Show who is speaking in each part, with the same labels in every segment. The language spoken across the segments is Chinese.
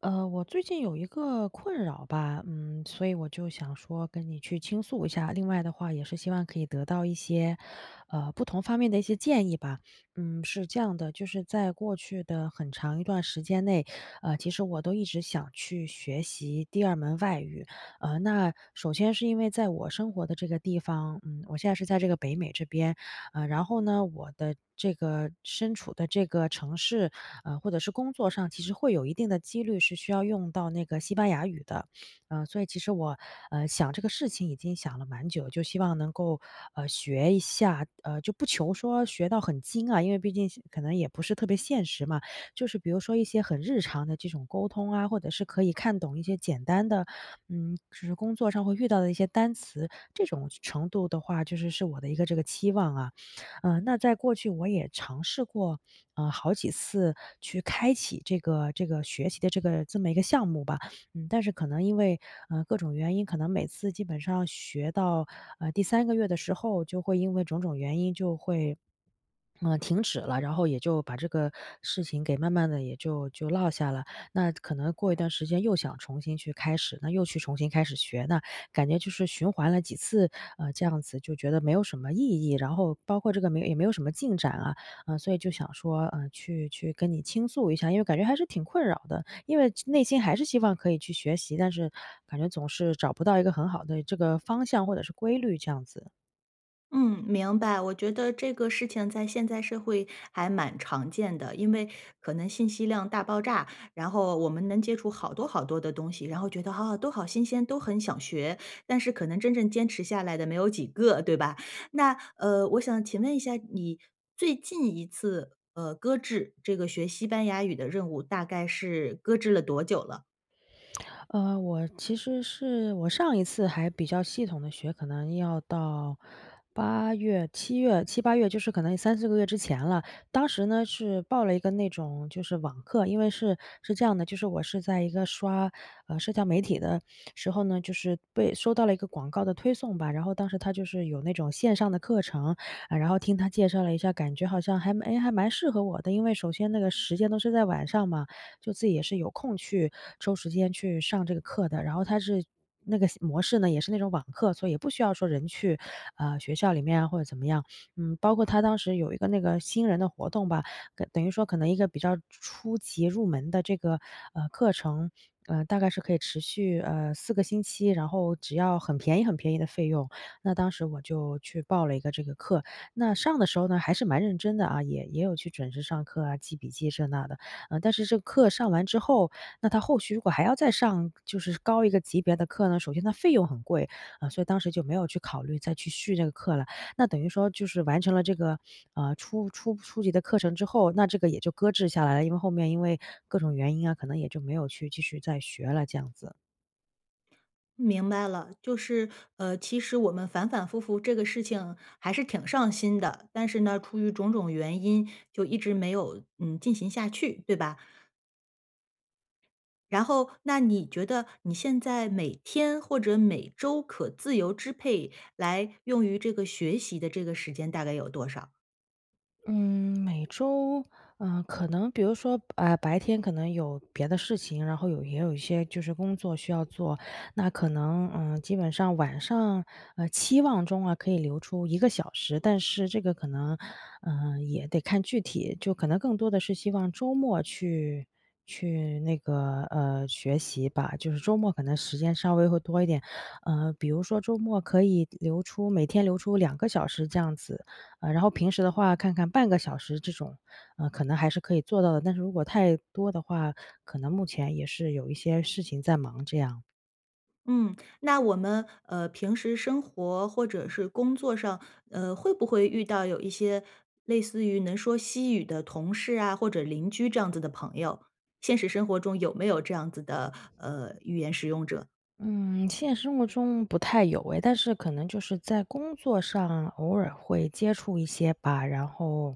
Speaker 1: 我最近有一个困扰吧，所以我就想说跟你去倾诉一下。另外的话，也是希望可以得到一些，不同方面的一些建议吧。是这样的，就是在过去的很长一段时间内，其实我都一直想去学习第二门外语。那首先是因为在我生活的这个地方，我现在是在这个北美这边，然后呢，我的这个身处的这个城市，或者是工作上，其实会有一定的几率是需要用到那个西班牙语的。所以其实我，想这个事情已经想了蛮久，就希望能够，学一下，就不求说学到很精啊，因为毕竟是可能也不是特别现实嘛。就是比如说一些很日常的这种沟通啊，或者是可以看懂一些简单的，就是工作上会遇到的一些单词，这种程度的话，就是我的一个这个期望啊。那在过去我也尝试过，好几次去开启这个学习的这个这么一个项目吧。但是可能因为，各种原因，可能每次基本上学到，第三个月的时候，就会因为种种原因就会停止了，然后也就把这个事情给慢慢的也就落下了。那可能过一段时间又想重新去开始，那又去重新开始学，那感觉就是循环了几次，这样子就觉得没有什么意义，然后包括这个没也没有什么进展啊，所以就想说，去跟你倾诉一下，因为感觉还是挺困扰的。因为内心还是希望可以去学习，但是感觉总是找不到一个很好的这个方向或者是规律这样子。
Speaker 2: 嗯，明白。我觉得这个事情在现在社会还蛮常见的，因为可能信息量大爆炸，然后我们能接触好多好多的东西，然后觉得啊，都好新鲜，都很想学，但是可能真正坚持下来的没有几个，对吧？那我想请问一下，你最近一次搁置这个学西班牙语的任务，大概是搁置了多久了？
Speaker 1: 我其实是我上一次还比较系统的学，可能要到八月、七月七八月，就是可能3、4个月之前了。当时呢，是报了一个那种就是网课，因为是这样的，就是我是在一个刷，社交媒体的时候呢，就是被收到了一个广告的推送吧，然后当时他就是有那种线上的课程，啊，然后听他介绍了一下，感觉好像还蛮适合我的。因为首先那个时间都是在晚上嘛，就自己也是有空去抽时间去上这个课的。然后他是那个模式呢，也是那种网课，所以也不需要说人去，学校里面啊或者怎么样。包括他当时有一个那个新人的活动吧，跟等于说可能一个比较初级入门的这个，课程，大概是可以持续，4个星期，然后只要很便宜很便宜的费用。那当时我就去报了一个这个课，那上的时候呢，还是蛮认真的啊，也有去准时上课啊，记笔记这那的。但是这个课上完之后，那他后续如果还要再上就是高一个级别的课呢，首先它费用很贵，啊，所以当时就没有去考虑再去续这个课了。那等于说就是完成了这个，初级的课程之后，那这个也就搁置下来了，因为后面因为各种原因啊，可能也就没有去继续再学了这样子。
Speaker 2: 明白了，就是，其实我们反反复复这个事情还是挺上心的，但是呢，出于种种原因，就一直没有，进行下去，对吧？然后，那你觉得你现在每天或者每周可自由支配来用于这个学习的这个时间大概有多少？
Speaker 1: 嗯，每周，可能比如说，白天可能有别的事情，然后也有一些就是工作需要做，那可能，基本上晚上，期望中啊可以留出1个小时，但是这个可能，也得看具体，就可能更多的是希望周末去那个学习吧，就是周末可能时间稍微会多一点，比如说周末可以每天留出2个小时这样子，然后平时的话看看半个小时这种，可能还是可以做到的，但是如果太多的话，可能目前也是有一些事情在忙这样。
Speaker 2: 嗯，那我们平时生活或者是工作上，会不会遇到有一些类似于能说西语的同事啊，或者邻居这样子的朋友？现实生活中有没有这样子的语言使用者？
Speaker 1: 嗯，现实生活中不太有诶，但是可能就是在工作上偶尔会接触一些吧，然后，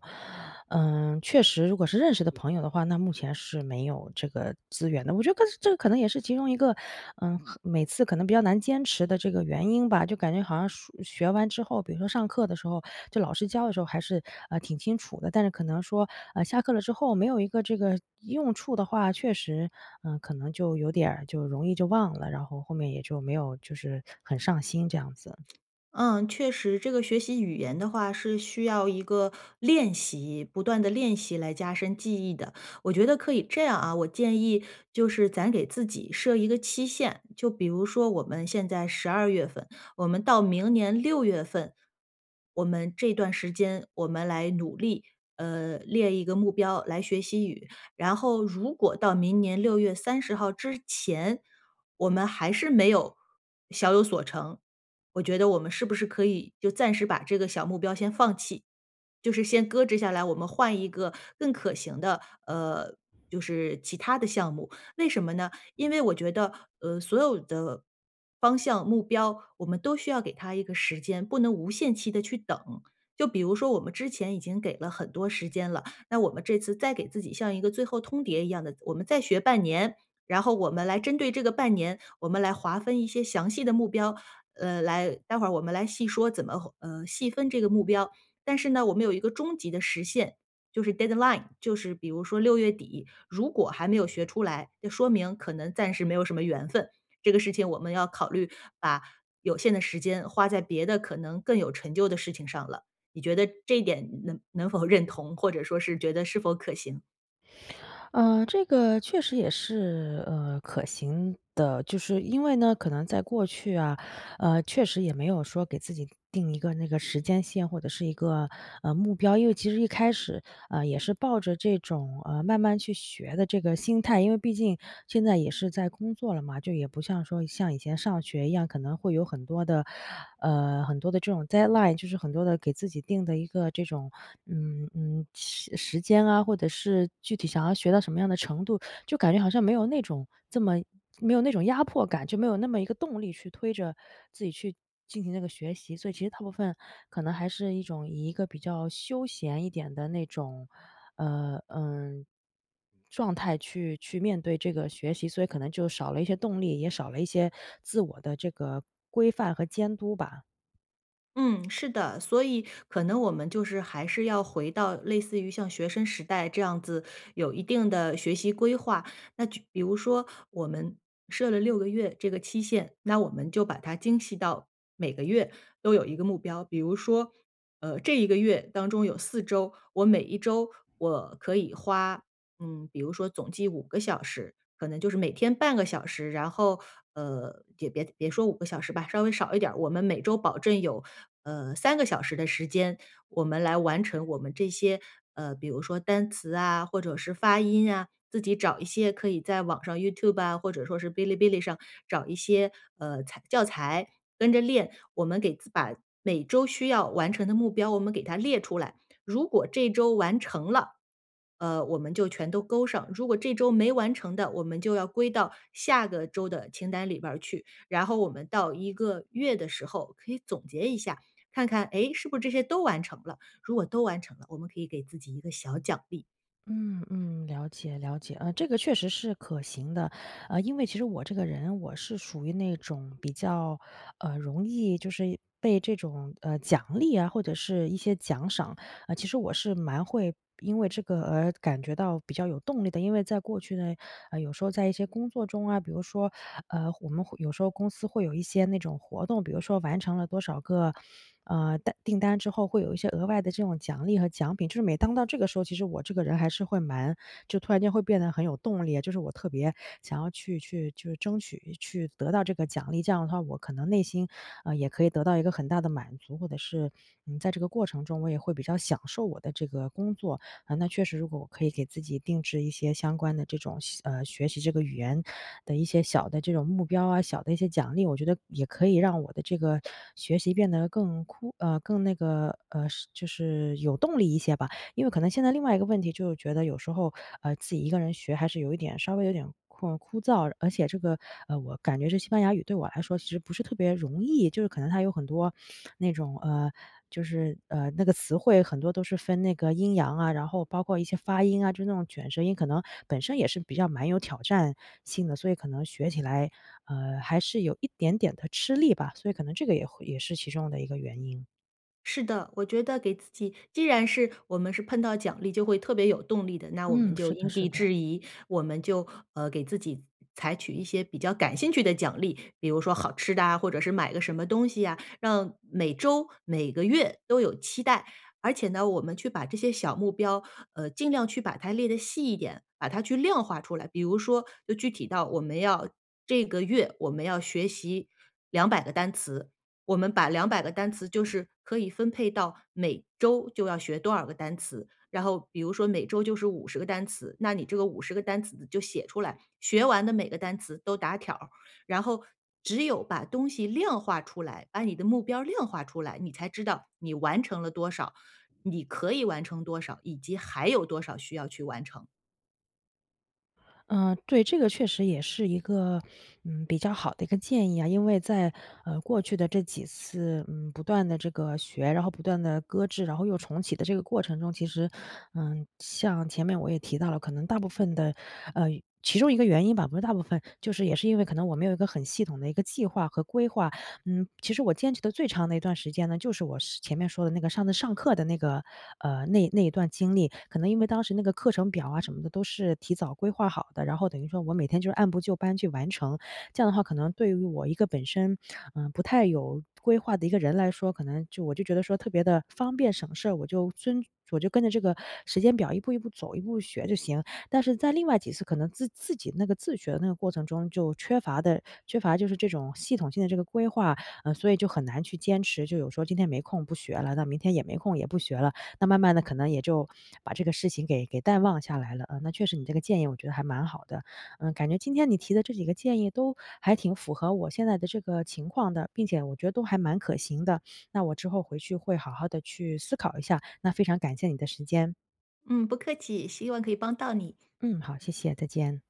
Speaker 1: 确实如果是认识的朋友的话，那目前是没有这个资源的。我觉得这个可能也是其中一个，每次可能比较难坚持的这个原因吧，就感觉好像说学完之后，比如说上课的时候，就老师教的时候还是，挺清楚的，但是可能说，下课了之后没有一个这个用处的话，确实，可能就有点儿就容易就忘了，然后后面也就没有就是很上心这样子。
Speaker 2: 嗯，确实，这个学习语言的话是需要一个练习，不断的练习来加深记忆的。我觉得可以这样啊，我建议就是咱给自己设一个期限，就比如说我们现在12月份，我们到明年6月份，我们这段时间我们来努力，列一个目标来学习语。然后，如果到明年6月30号之前，我们还是没有小有所成，我觉得我们是不是可以就暂时把这个小目标先放弃，就是先搁置下来，我们换一个更可行的，就是其他的项目。为什么呢？因为我觉得，所有的方向目标，我们都需要给它一个时间，不能无限期的去等。就比如说，我们之前已经给了很多时间了，那我们这次再给自己像一个最后通牒一样的，我们再学半年，然后我们来针对这个半年，我们来划分一些详细的目标，来待会儿我们来细说怎么细分这个目标。但是呢，我们有一个终极的实现，就是 deadline，就是比如说6月底，如果还没有学出来，就说明可能暂时没有什么缘分。这个事情我们要考虑把有限的时间花在别的可能更有成就的事情上了。你觉得这一点能否认同，或者说是觉得是否可行？
Speaker 1: 嗯，这个确实也是，可行的，就是因为呢，可能在过去啊，确实也没有说给自己定一个那个时间线或者是一个，目标。因为其实一开始，也是抱着这种，慢慢去学的这个心态，因为毕竟现在也是在工作了嘛，就也不像说像以前上学一样，可能会有很多的这种 deadline，就是很多的给自己定的一个这种，时间啊，或者是具体想要学到什么样的程度，就感觉好像没有那种这么没有那种压迫感，就没有那么一个动力去推着自己去进行那个学习。所以其实大部分可能还是一种以一个比较休闲一点的那种，呃，嗯。状态去面对这个学习，所以可能就少了一些动力，也少了一些自我的这个规范和监督吧。
Speaker 2: 嗯，是的，所以可能我们就是还是要回到类似于像学生时代这样子有一定的学习规划。那就比如说我们设了6个月这个期限，那我们就把它精细到每个月都有一个目标。比如说，这一个月当中有4周，我每一周我可以花比如说总计五个小时，可能就是每天半个小时，然后，也别说五个小时吧，稍微少一点儿，我们每周保证有，3个小时的时间，我们来完成我们这些，比如说单词啊，或者是发音啊，自己找一些可以在网上 YouTube 啊，或者说是哔哩哔哩上找一些，教材跟着练。我们把每周需要完成的目标，我们给它列出来，如果这周完成了我们就全都勾上。如果这周没完成的，我们就要归到下个周的清单里边儿去。然后我们到一个月的时候，可以总结一下，看看，诶，是不是这些都完成了？如果都完成了，我们可以给自己一个小奖励。
Speaker 1: 嗯嗯，了解了解，这个确实是可行的，因为其实我这个人我是属于那种比较，容易就是被这种奖励啊，或者是一些奖赏其实我是蛮会因为这个而感觉到比较有动力的。因为在过去呢，有时候在一些工作中啊，比如说，我们会有时候公司会有一些那种活动，比如说完成了多少个，订单之后会有一些额外的这种奖励和奖品。就是每当到这个时候，其实我这个人还是就突然间会变得很有动力啊，就是我特别想要去就是争取去得到这个奖励，这样的话我可能内心也可以得到一个很大的满足，或者是，在这个过程中我也会比较享受我的这个工作。啊，那确实如果我可以给自己定制一些相关的这种学习这个语言的一些小的这种目标啊，小的一些奖励，我觉得也可以让我的这个学习变得更酷，更那个，就是有动力一些吧。因为可能现在另外一个问题就是觉得有时候，自己一个人学还是有一点稍微有点枯燥，而且这个，我感觉这西班牙语对我来说其实不是特别容易，就是可能它有很多那种，就是那个词汇很多都是分那个阴阳啊，然后包括一些发音啊，就那种卷舌音，可能本身也是比较蛮有挑战性的，所以可能学起来，还是有一点点的吃力吧，所以可能这个也会也是其中的一个原因。
Speaker 2: 是的，我觉得给自己既然是我们是碰到奖励就会特别有动力的，那我们
Speaker 1: 嗯，
Speaker 2: 就
Speaker 1: 是的
Speaker 2: 因
Speaker 1: 是
Speaker 2: 地
Speaker 1: 的。
Speaker 2: 制宜，我们就，给自己采取一些比较感兴趣的奖励，比如说好吃的啊，或者是买个什么东西呀，让每周、每个月都有期待。而且呢，我们去把这些小目标，尽量去把它列得细一点，把它去量化出来。比如说就具体到我们要这个月我们要学习两百个单词，我们把两百个单词就是可以分配到每周就要学多少个单词，然后比如说每周就是五十个单词，那你这个五十个单词就写出来，学完的每个单词都打条儿，然后只有把东西量化出来，把你的目标量化出来，你才知道你完成了多少，你可以完成多少，以及还有多少需要去完成。
Speaker 1: 嗯，对，这个确实也是一个，比较好的一个建议啊。因为在，过去的这几次，不断的这个学，然后不断的搁置，然后又重启的这个过程中，其实，像前面我也提到了，可能大部分的呃，其中一个原因吧，不是大部分，就是也是因为可能我没有一个很系统的一个计划和规划。其实我坚持的最长的一段时间呢，就是我是前面说的那个上次上课的那个，那一段经历。可能因为当时那个课程表啊什么的都是提早规划好的，然后等于说我每天就是按部就班去完成。这样的话，可能对于我一个本身，不太有规划的一个人来说，可能我就觉得说特别的方便省事儿，我就跟着这个时间表一步一步走，一步学就行。但是在另外几次可能自己那个自学的那个过程中，就缺乏就是这种系统性的这个规划，所以就很难去坚持，就有时候今天没空不学了，那明天也没空也不学了，那慢慢的可能也就把这个事情给淡忘下来了。那确实你这个建议我觉得还蛮好的，感觉今天你提的这几个建议都还挺符合我现在的这个情况的，并且我觉得都还蛮可行的。那我之后回去会好好的去思考一下，那非常感谢你的时间。
Speaker 2: 嗯，不客气，希望可以帮到你。
Speaker 1: 嗯，好，谢谢，再见。